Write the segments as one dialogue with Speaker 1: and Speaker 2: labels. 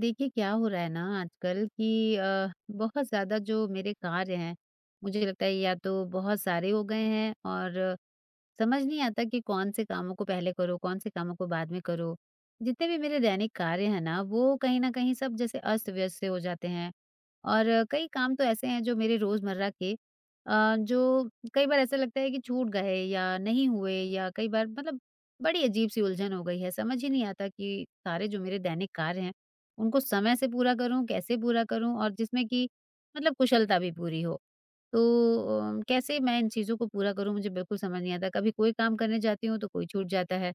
Speaker 1: देखिए क्या हो रहा है ना आजकल कि बहुत ज़्यादा जो मेरे कार्य हैं मुझे लगता है या तो बहुत सारे हो गए हैं और समझ नहीं आता कि कौन से कामों को पहले करो, कौन से कामों को बाद में करो। जितने भी मेरे दैनिक कार्य हैं ना, वो कहीं न कहीं सब जैसे अस्त-व्यस्त से हो जाते हैं। और कई काम तो ऐसे हैं जो मेरे रोज़मर्रा के जो कई बार ऐसा लगता है कि छूट गए या नहीं हुए या कई बार मतलब बड़ी अजीब-सी उलझन हो गई है। समझ ही नहीं आता कि सारे जो मेरे दैनिक कार्य हैं, उनको समय से पूरा करूँ, कैसे पूरा करूँ और जिसमें कि मतलब कुशलता भी पूरी हो। तो कैसे मैं इन चीज़ों को पूरा करूँ मुझे बिल्कुल समझ नहीं आता। कभी कोई काम करने जाती हूँ तो कोई छूट जाता है,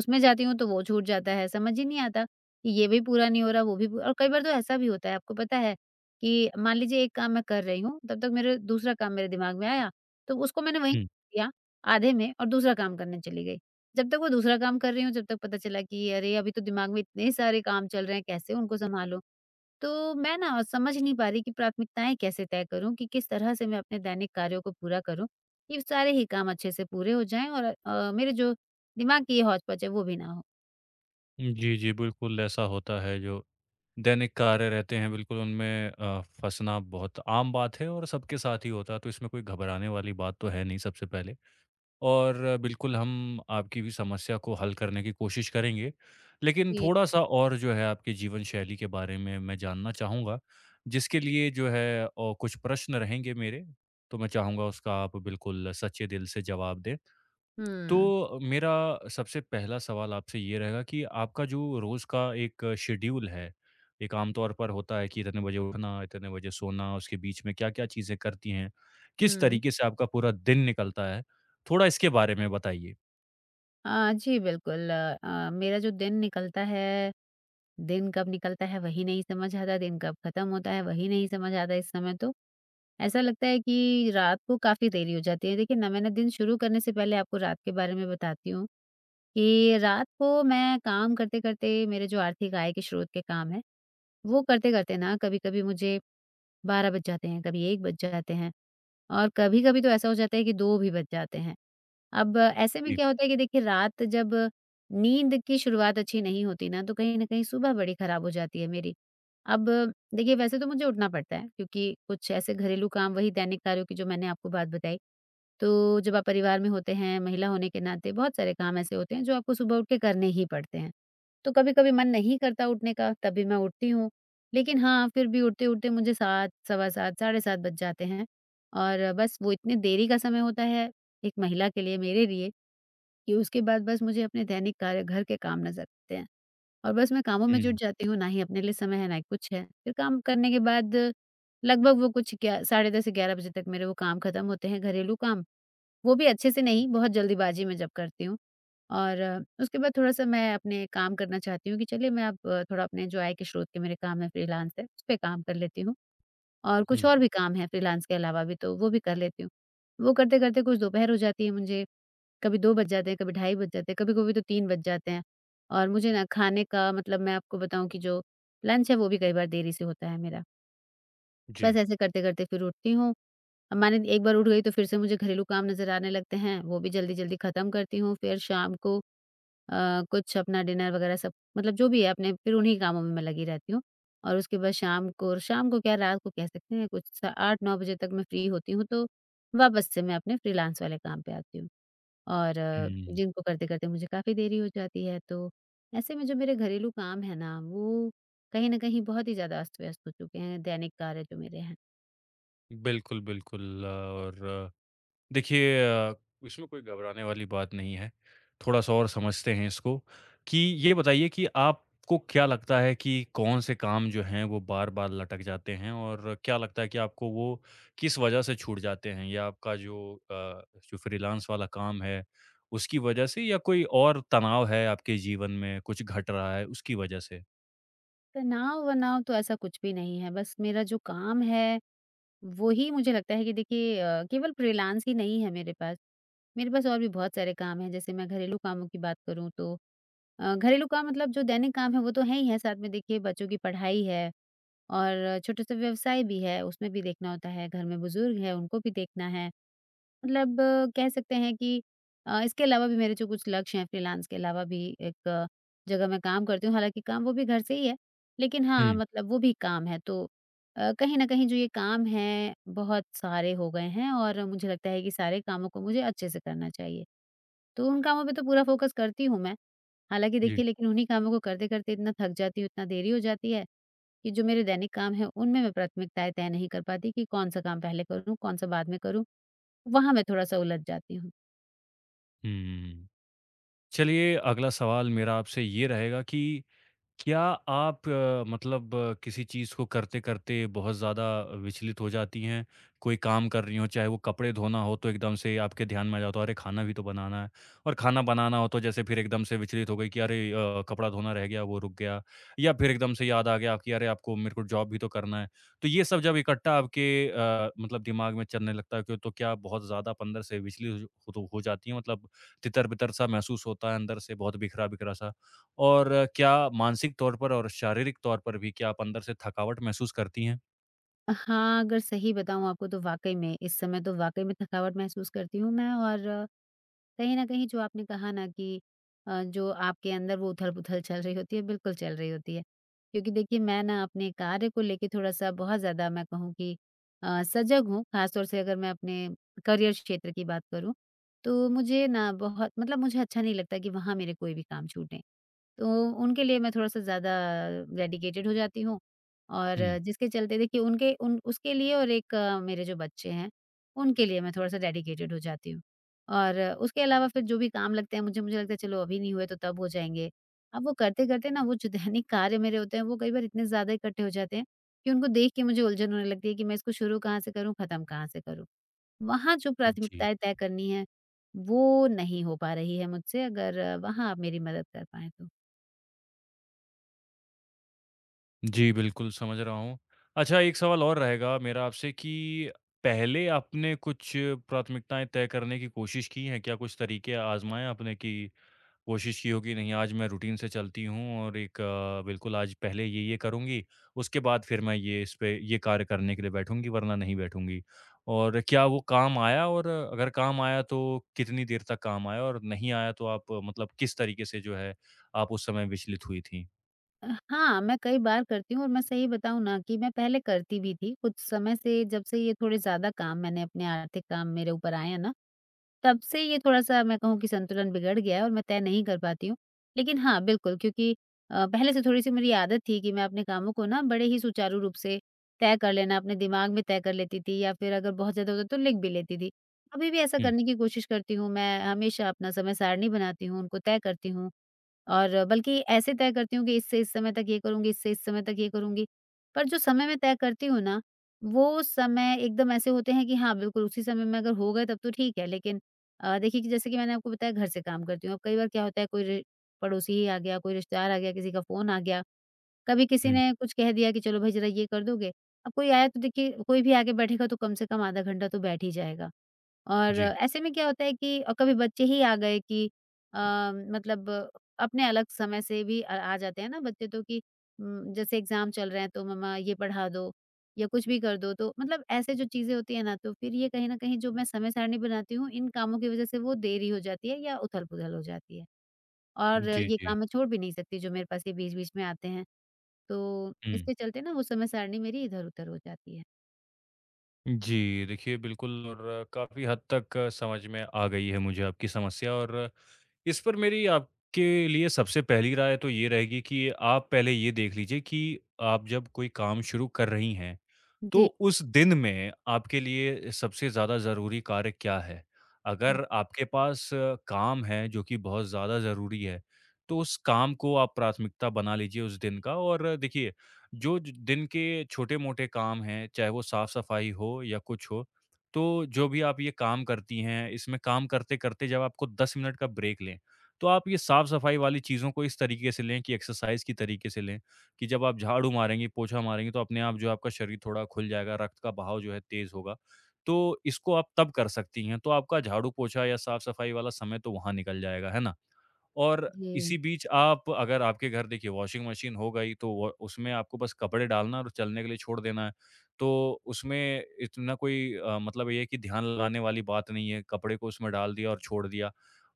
Speaker 1: उसमें जाती हूँ तो वो छूट जाता है, समझ ही नहीं आता कि ये भी पूरा नहीं हो रहा वो भी पू और कई बार तो ऐसा भी होता है आपको पता है कि मान लीजिए एक काम मैं कर रही हूँ, तब तक मेरे दूसरा काम मेरे दिमाग में आया, तो उसको मैंने वहीं
Speaker 2: हुँ।
Speaker 1: किया आधे में और दूसरा काम करने चली गई। जब तक वो दूसरा काम कर रही हूँ, जब तक पता चला कि अरे! अभी तो दिमाग में इतने सारे काम चल रहे हैं, कैसे उनको सँभालूँ? तो मैं ना समझ नहीं पा रही कि प्राथमिकताएँ कैसे तय करूँ कि किस तरह से मैं अपने दैनिक कार्यों को पूरा करूँ, कि सारे ही काम अच्छे से पूरे हो जाएँ और मेरे जो दिमाग की ये हौच-पच है वो भी ना हो।
Speaker 2: जी, जी, बिल्कुल ऐसा होता है। जो दैनिक कार्य रहते हैं बिल्कुल उनमें फँसना बहुत आम बात है और सबके साथ ही होता है, तो इसमें कोई घबराने वाली बात तो है नहीं सबसे पहले। और बिल्कुल हम आपकी भी समस्या को हल करने की कोशिश करेंगे। लेकिन
Speaker 1: जी।
Speaker 2: थोड़ा-सा और जो है आपके जीवन शैली के बारे में मैं जानना चाहूँगा, जिसके लिए जो है और कुछ प्रश्न रहेंगे मेरे, तो मैं चाहूँगा उसका आप बिल्कुल सच्चे दिल से जवाब दें।
Speaker 1: हुँ,
Speaker 2: तो मेरा सबसे पहला सवाल आपसे ये रहेगा कि आपका जो रोज़ का एक शेड्यूल है, एक आम तौर पर होता है कि इतने बजे उठना, इतने बजे सोना, उसके बीच में क्या-क्या चीज़ें करती हैं? किस
Speaker 1: हुँ।
Speaker 2: तरीके से आपका पूरा दिन निकलता है? थोड़ा इसके बारे में बताइए।
Speaker 1: जी बिल्कुल मेरा जो दिन निकलता है, दिन कब निकलता है वही नहीं समझ आता, दिन कब खत्म होता है वही नहीं समझ आता इस समय तो। ऐसा लगता है कि रात को काफ़ी देरी हो जाती है। देखिए ना मैंने दिन शुरू करने से पहले आपको रात के बारे में बताती हूँ कि रात को मैं काम करते-करते मेरे जो आर्थिक आय के स्रोत के काम हैं, वो करते-करते ना कभी-कभी मुझे 12 बज जाते हैं, कभी 1 बज जाते हैं और कभी-कभी तो ऐसा हो जाता है कि 2 भी बज जाते हैं। अब ऐसे में
Speaker 2: जी।
Speaker 1: क्या होता है कि देखिए रात जब नींद की शुरुआत अच्छी नहीं होती ना, तो कहीं न कहीं सुबह बड़ी खराब हो जाती है मेरी। अब देखिए वैसे तो मुझे उठना पड़ता है क्योंकि कुछ ऐसे घरेलू काम वही दैनिक कार्यों की जो मैंने आपको बात बताई, तो जब आप परिवार में होते हैं, महिला होने के नाते बहुत सारे काम ऐसे होते हैं जो आपको सुबह उठ के करने ही पड़ते हैं। तो कभी-कभी मन नहीं करता उठने का, तब भी मैं उठती हूँ। लेकिन हाँ, फिर भी उठते-उठते मुझे 7, सवा 7, साढ़े 7 बज जाते हैं और बस वो इतने देरी का समय होता है, एक महिला के लिए, मेरे लिए, कि उसके बाद बस मुझे अपने दैनिक कार्य, घर के काम नज़र आते हैं और बस मैं कामों में जुट
Speaker 2: जी।
Speaker 1: जाती हूँ, ना ही अपने लिए समय है, ना ही कुछ है। फिर काम करने के बाद लगभग वो कुछ ग्या साढ़े 10, 11 बजे तक मेरे वो काम खत्म होते हैं, घरेलू काम। वो भी अच्छे से नहीं, बहुत जल्दबाज़ी में जब करती हूँ। और उसके बाद थोड़ा-सा मैं अपने काम करना चाहती हूँ कि चलिए मैं अब थोड़ा अपने जो आय के स्रोत के मेरे काम हैं फ्रीलांस है, उस पे काम कर लेती हूँ और
Speaker 2: हुँ,
Speaker 1: कुछ
Speaker 2: हुँ।
Speaker 1: और भी काम है फ्रीलांस के अलावा भी तो वो भी कर लेती हूँ। वो करते-करते कुछ दोपहर हो जाती है मुझे, कभी 2 बज जाते हैं, कभी ढाई बज जाते हैं, कभी-कभी तो 3 बज जाते हैं और मुझे ना खाने का मतलब मैं आपको बताऊँ कि जो लंच है वो भी कई बार देरी से होता है मेरा।
Speaker 2: जी।
Speaker 1: बस ऐसे करते-करते फिर उठती हूँ अब मैंने एक बार उठ गई तो फिर से मुझे घरेलू काम नज़र आने लगते हैं, वो भी जल्दी-जल्दी ख़त्म करती हूँ, फिर शाम को कुछ अपना डिनर वग़ैरह सब मतलब जो भी है अपने फिर उन्हीं कामों में मैं लगी रहती हूँ। और उसके बाद शाम को क्या रात को कह सकते हैं कुछ स 8-9 बजे तक मैं फ्री होती हूँ, तो वापस से मैं अपने फ्रीलांस वाले काम पे आती हूँ और
Speaker 2: हुँ।
Speaker 1: जिनको करते-करते मुझे काफ़ी देरी हो जाती है। तो ऐसे में जो मेरे घरेलू काम है ना, वो कहीं न कहीं बहुत ही ज़्यादा अस्त-व्यस्त हो चुके हैं, दैनिक कार्य जो मेरे हैं।
Speaker 2: बिल्कुल, बिल्कुल। और देखिए, इसमें कोई घबराने वाली बात नहीं है। थोड़ा-सा और समझते हैं इसको, कि ये बताइए कि आपको क्या लगता है कि कौन से काम जो हैं वो बार-बार लटक जाते हैं, और क्या लगता है कि आपको वो किस वजह से छूट जाते हैं? या आपका जो फ्रीलांस वाला काम है उसकी वजह से, या कोई और तनाव है आपके जीवन में, कुछ घट रहा है उसकी वजह से?
Speaker 1: तनाव-वनाव तो ऐसा कुछ भी नहीं है, बस मेरा जो काम है, वो ही मुझे लगता है कि देखिए केवल फ्रीलांस ही नहीं है मेरे पास। मेरे पास और भी बहुत सारे काम हैं, जैसे मैं घरेलू कामों की बात करूँ तो घरेलू काम मतलब जो दैनिक काम है, वो तो है ही है, साथ में देखिए बच्चों की पढ़ाई है और छोटे-से व्यवसाय भी है, उसमें भी देखना होता है, घर में बुज़ुर्ग हैं, उनको भी देखना है। मतलब कह सकते हैं कि इसके अलावा भी मेरे जो कुछ लक्ष्य हैं फ्रीलांस के अलावा भी एक जगह मैं काम करती हूँ, हालाँकि काम वो भी घर से ही है, लेकिन हाँ,
Speaker 2: हुँ,
Speaker 1: मतलब वो भी काम है तो कहीं न कहीं जो ये काम हैं बहुत सारे हो गए हैं और मुझे लगता है कि सारे कामों को मुझे अच्छे से करना चाहिए। तो उन कामों पे तो पूरा फ़ोकस करती हूँ मैं, हालाँकि
Speaker 2: जी।
Speaker 1: देखिए लेकिन उन्हीं कामों को करते-करते इतना थक जाती हूँ, इतना देरी हो जाती है कि जो मेरे दैनिक काम हैं उनमें मैं प्राथमिकताएँ तय नहीं कर पाती कि कौन-सा काम पहले करूँ, कौन-सा बाद में करूँ। वहाँ मैं थोड़ा-सा उलझ जाती हूँ।
Speaker 2: हुँ। चलिए अगला सवाल मेरा आपसे ये रहेगा कि क्या आप मतलब किसी चीज़ को करते-करते बहुत ज़्यादा विचलित हो जाती हैं? कोई काम कर रही हों, चाहे वो कपड़े धोना हो, तो एकदम से आपके ध्यान में आ जाता हो, अरे खाना भी तो बनाना है। और खाना बनाना हो तो जैसे फिर एकदम से विचलित हो गई कि अरे, कपड़ा धोना रह गया, वो रुक गया। या फिर एकदम से याद आ गया कि अरे आपको, मेरे को जॉब भी तो करना है। तो ये सब जब इकट्ठा आपके मतलब दिमाग में चलने लगता है, क्यों तो क्या आप बहुत ज़्यादा आप अंदर से विचलित हो जाती हैं? मतलब तितर-बितर सा महसूस होता है अंदर से, बहुत बिखरा-बिखरा सा? और क्या मानसिक तौर पर और शारीरिक तौर पर भी क्या आप अंदर से थकावट महसूस करती हैं?
Speaker 1: हाँ, अगर सही बताऊँ आपको तो वाक़ई में इस समय तो वाक़ई में थकावट महसूस करती हूँ मैं और कहीं न कहीं जो आपने कहा ना कि जो आपके अंदर वो उथल-पुथल चल रही होती है, बिल्कुल चल रही होती है। क्योंकि देखिए मैं ना अपने कार्य को लेके थोड़ा-सा बहुत ज़्यादा मैं कहूँ कि सजग हूँ, ख़ास तौर से अगर मैं अपने करियर क्षेत्र की बात करूँ, तो मुझे ना बहुत मतलब मुझे अच्छा नहीं लगता कि वहाँ मेरे कोई भी काम छूटें। तो उनके लिए मैं थोड़ा-सा ज़्यादा डेडिकेटेड हो जाती हूँ और
Speaker 2: हुँ,
Speaker 1: जिसके चलते देखिए उनके उन उसके लिए और एक मेरे जो बच्चे हैं, उनके लिए मैं थोड़ा-सा डेडिकेटेड हो जाती हूँ। और उसके अलावा फिर जो भी काम लगते हैं मुझे मुझे लगता है चलो अभी नहीं हुए तो तब हो जाएँगे। अब वो करते-करते ना वो जो दैनिक कार्य मेरे होते हैं वो कई बार इतने ज़्यादा इकट्ठे हो जाते हैं कि उनको देख के मुझे उलझन होने लगती है कि मैं इसको शुरू कहाँ से करूँ, ख़त्म कहाँ से करूँ? वहाँ जो
Speaker 2: जी।
Speaker 1: प्राथमिकताएँ तय करनी है, वो नहीं हो पा रही है मुझसे अगर वहाँ आप मेरी मदद कर पाएँ तो।
Speaker 2: जी, बिल्कुल समझ रहा हूँ। अच्छा एक सवाल और रहेगा मेरा आपसे, कि पहले आपने कुछ प्राथमिकताएँ तय करने की कोशिश की हैं? क्या कुछ तरीके आज़माए आपने, कि कोशिश की होगी, नहीं आज मैं रूटीन से चलती हूँ और एक, बिल्कुल आज पहले ये करूँगी, उसके बाद फिर मैं ये इस पे ये कार्य करने के लिए बैठूँगी वरना नहीं बैठूँगी। और क्या वो काम आया, और अगर काम आया तो कितनी देर तक काम आया, और नहीं आया तो आप मतलब किस तरीके से जो है आप उस समय विचलित हुई थीं?
Speaker 1: हाँ, मैं कई बार करती हूँ और मैं सही बताऊँ ना कि मैं पहले करती भी थी। कुछ समय से जब से ये थोड़े ज़्यादा काम मैंने अपने आर्थिक काम मेरे ऊपर आए हैं ना, तब से ये थोड़ा-सा मैं कहूँ कि संतुलन बिगड़ गया है और मैं तय नहीं कर पाती हूँ। लेकिन हाँ, बिल्कुल क्योंकि पहले से थोड़ी-सी मेरी आदत थी कि मैं अपने कामों को ना बड़े ही सुचारू रूप से तय कर लेना, अपने दिमाग में तय कर लेती थी या फिर अगर बहुत ज़्यादा होता तो लिख भी लेती थी। अभी भी ऐसा
Speaker 2: हुँ,
Speaker 1: करने की कोशिश करती हूँ मैं, हमेशा अपना समय सारणी बनाती हूँ, उनको तय करती हूँ। और बल्कि ऐसे तय करती हूँ कि इससे इस समय तक ये करूँगी, इससे इस समय तक ये करूँगी। पर जो समय मैं तय करती हूँ ना, वो समय एकदम ऐसे होते हैं कि हाँ, बिल्कुल उसी समय में अगर हो गए तब तो ठीक है। लेकिन देखिए कि जैसे कि मैंने आपको बताया घर से काम करती हूँ। अब कई बार क्या होता है कोई रि पड़ोसी ही आ गया, कोई रिश्तेदार आ गया, किसी का फ़ोन आ गया, कभी किसी
Speaker 2: हुँ।
Speaker 1: ने कुछ कह दिया कि चलो भाई ज़रा ये कर दोगे। अब कोई आया तो देखिए कोई भी आके बैठेगा तो कम से कम आधा घंटा तो बैठ ही जाएगा। और
Speaker 2: जी।
Speaker 1: ऐसे में क्या होता है कि कभी बच्चे ही आ गए कि अ, मतलब अपने अलग समय से भी आ आ जाते हैं ना बच्चे तो कि जैसे एग्ज़ाम चल रहे हैं तो मम्मा ये पढ़ा दो या कुछ भी कर दो। तो मतलब ऐसे जो चीज़ें होती हैं ना तो फिर ये कहीं न कहीं जो मैं समय सारणी बनाती हूँ इन कामों की वज़ह से वो देरी हो जाती है या उथल-पुथल हो जाती है। और
Speaker 2: जी,
Speaker 1: ये
Speaker 2: जी।
Speaker 1: काम मैं छोड़ भी नहीं सकती जो मेरे पास ये बीच-बीच में आते हैं। तो
Speaker 2: हुँ।
Speaker 1: इसके चलते ना वो समय सारणी मेरी इधर-उधर हो जाती है।
Speaker 2: जी, देखिए बिल्कुल। और काफ़ी हद तक समझ में आ गई है मुझे आपकी समस्या। और इस पर मेरी आपके लिए सबसे पहली राय तो ये रहेगी कि आप पहले ये देख लीजिए कि आप जब कोई काम शुरू कर रही हैं, तो
Speaker 1: जी।
Speaker 2: उस दिन में आपके लिए सबसे ज़्यादा ज़रूरी कार्य क्या है?
Speaker 1: हुँ।
Speaker 2: अगर आपके पास काम है जो कि बहुत ज़्यादा ज़रूरी है, तो उस काम को आप प्राथमिकता बना लीजिए उस दिन का। और देखिए, जो ज दिन के छोटे-मोटे काम हैं, चाहे वो साफ-सफाई हो या कुछ हो, तो जो भी आप ये काम करती हैं, इसमें काम करते-करते जब आपको 10 मिनट का ब्रेक लें, तो आप ये साफ-सफाई वाली चीज़ों को इस तरीके से लें कि एक्सरसाइज़ की तरीके से लें। कि जब आप झाड़ू मारेंगी, पोछा मारेंगी, तो अपने आप जो है आपका शरीर थोड़ा खुल जाएगा, रक्त का बहाव जो है तेज़ होगा। तो इसको आप तब कर सकती हैं, तो आपका झाड़ू, पोछा या साफ-सफाई वाला समय तो वहाँ निकल जाएगा, है ना? और
Speaker 1: जी।
Speaker 2: इसी बीच आप, अगर आपके घर देखिए वॉशिंग मशीन हो गई, तो वो उसमें आपको बस कपड़े डालना और चलने के लिए छोड़ देना है। तो उसमें इतना कोई मतलब ये है कि ध्यान लगाने वाली बात नहीं है, कपड़े को उसमें डाल दिया और छोड़ दिया।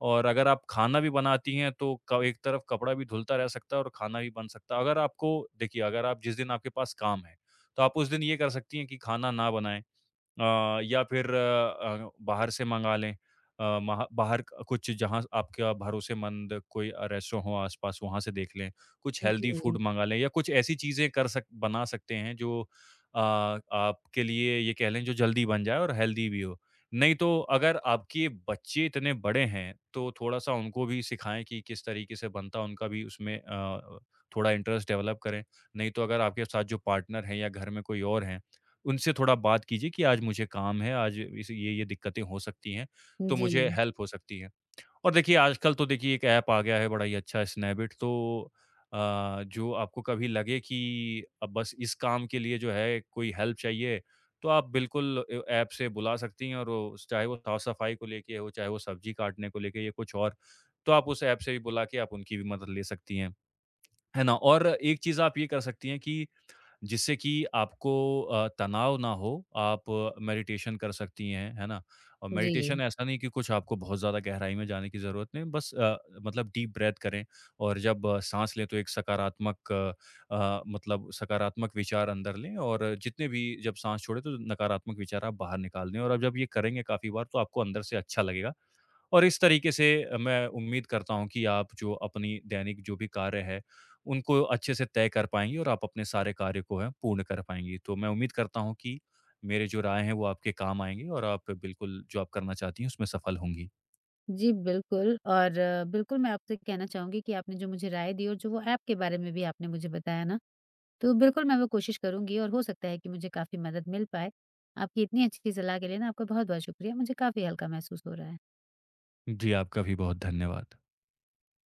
Speaker 2: और अगर आप खाना भी बनाती हैं, तो क एक तरफ कपड़ा भी धुलता रह सकता है और खाना भी बन सकता है। अगर आपको देखिए, अगर आप जिस दिन आपके पास काम है, तो आप उस दिन ये कर सकती हैं कि खाना ना बनाएँ। या फिर बाहर से मंगा लें। महा बाहर कुछ जहाँ आपका भरोसेमंद कोई रेस्टोरेंट हो आस-पास, वहाँ से देख लें। कुछ हेल्दी
Speaker 1: जी।
Speaker 2: फूड मंगा लें, या कुछ ऐसी चीज़ें कर सक बना सकते हैं जो अ, आपके लिए, ये कह लें, जो जल्दी बन जाए और हेल्दी भी हो। नहीं तो अगर आपके बच्चे इतने बड़े हैं तो थोड़ा-सा उनको भी सिखाएँ कि किस तरीके से बनता है, उनका भी उसमें थोड़ा इंटरेस्ट डेवलप करें। नहीं तो अगर आपके साथ जो पार्टनर है या घर में कोई और है, उनसे थोड़ा बात कीजिए कि आज मुझे काम है, आज इस ये-ये दिक्कतें हो सकती हैं, तो मुझे
Speaker 1: जी।
Speaker 2: हेल्प हो सकती है। और देखिए आजकल तो देखिए, एक ऐप आ गया है बड़ा ही अच्छा, स्नैपडील, तो जो आपको कभी लगे कि अब बस इस काम के लिए जो है कोई हेल्प चाहिए, तो आप बिल्कुल ए ऐप से बुला सकती हैं, और वो चाहे वो साफ-सफाई को लेके हो, चाहे वो सब्जी काटने को लेके या कुछ और, तो आप उस ऐप से भी बुला के आप उनकी भी मदद ले सकती हैं। है ना? और एक चीज़ आप ये कर सकती हैं कि जिससे कि आपको तनाव ना हो, आप मेडिटेशन कर सकती हैं, है ना? और
Speaker 1: जी।
Speaker 2: मेडिटेशन ऐसा नहीं कि कुछ, आपको बहुत ज़्यादा गहराई में जाने की ज़रूरत नहीं, बस मतलब डीप ब्रेथ करें, और जब साँस लें तो एक सकारात्मक मतलब सकारात्मक विचार अंदर लें, और जितने भी जब साँस छोड़ें तो नकारात्मक विचार आप बाहर निकाल दें, और आप जब ये करेंगे काफ़ी बार तो आपको अंदर से अच्छा लगेगा। और इस तरीके से मैं उम्मीद करता हूँ कि आप जो अपनी दैनिक जो भी कार्य है, उनको अच्छे से तय कर पाएँगी और आप अपने सारे कार्य को है पूर्ण कर पाएँगी। तो मैं उम्मीद करता हूँ कि मेरे जो राय हैं वो आपके काम आएँगे, और आप बिल्कुल जो आप करना चाहती हैं उसमें सफल होंगी।
Speaker 1: जी, बिल्कुल और बिल्कुल मैं आपसे कहना चाहूँगी कि आपने जो मुझे राय दी और जो वो ऐप के बारे में भी आपने मुझे बताया ना, तो बिल्कुल मैं वो कोशिश करूँगी और हो सकता है कि मुझे काफ़ी मदद मिल पाए। आपकी इतनी अच्छी सलाह के लिए ना आपका बहुत-बहुत शुक्रिया, मुझे काफ़ी हल्का महसूस हो रहा है।
Speaker 2: जी, आपका भी बहुत धन्यवाद।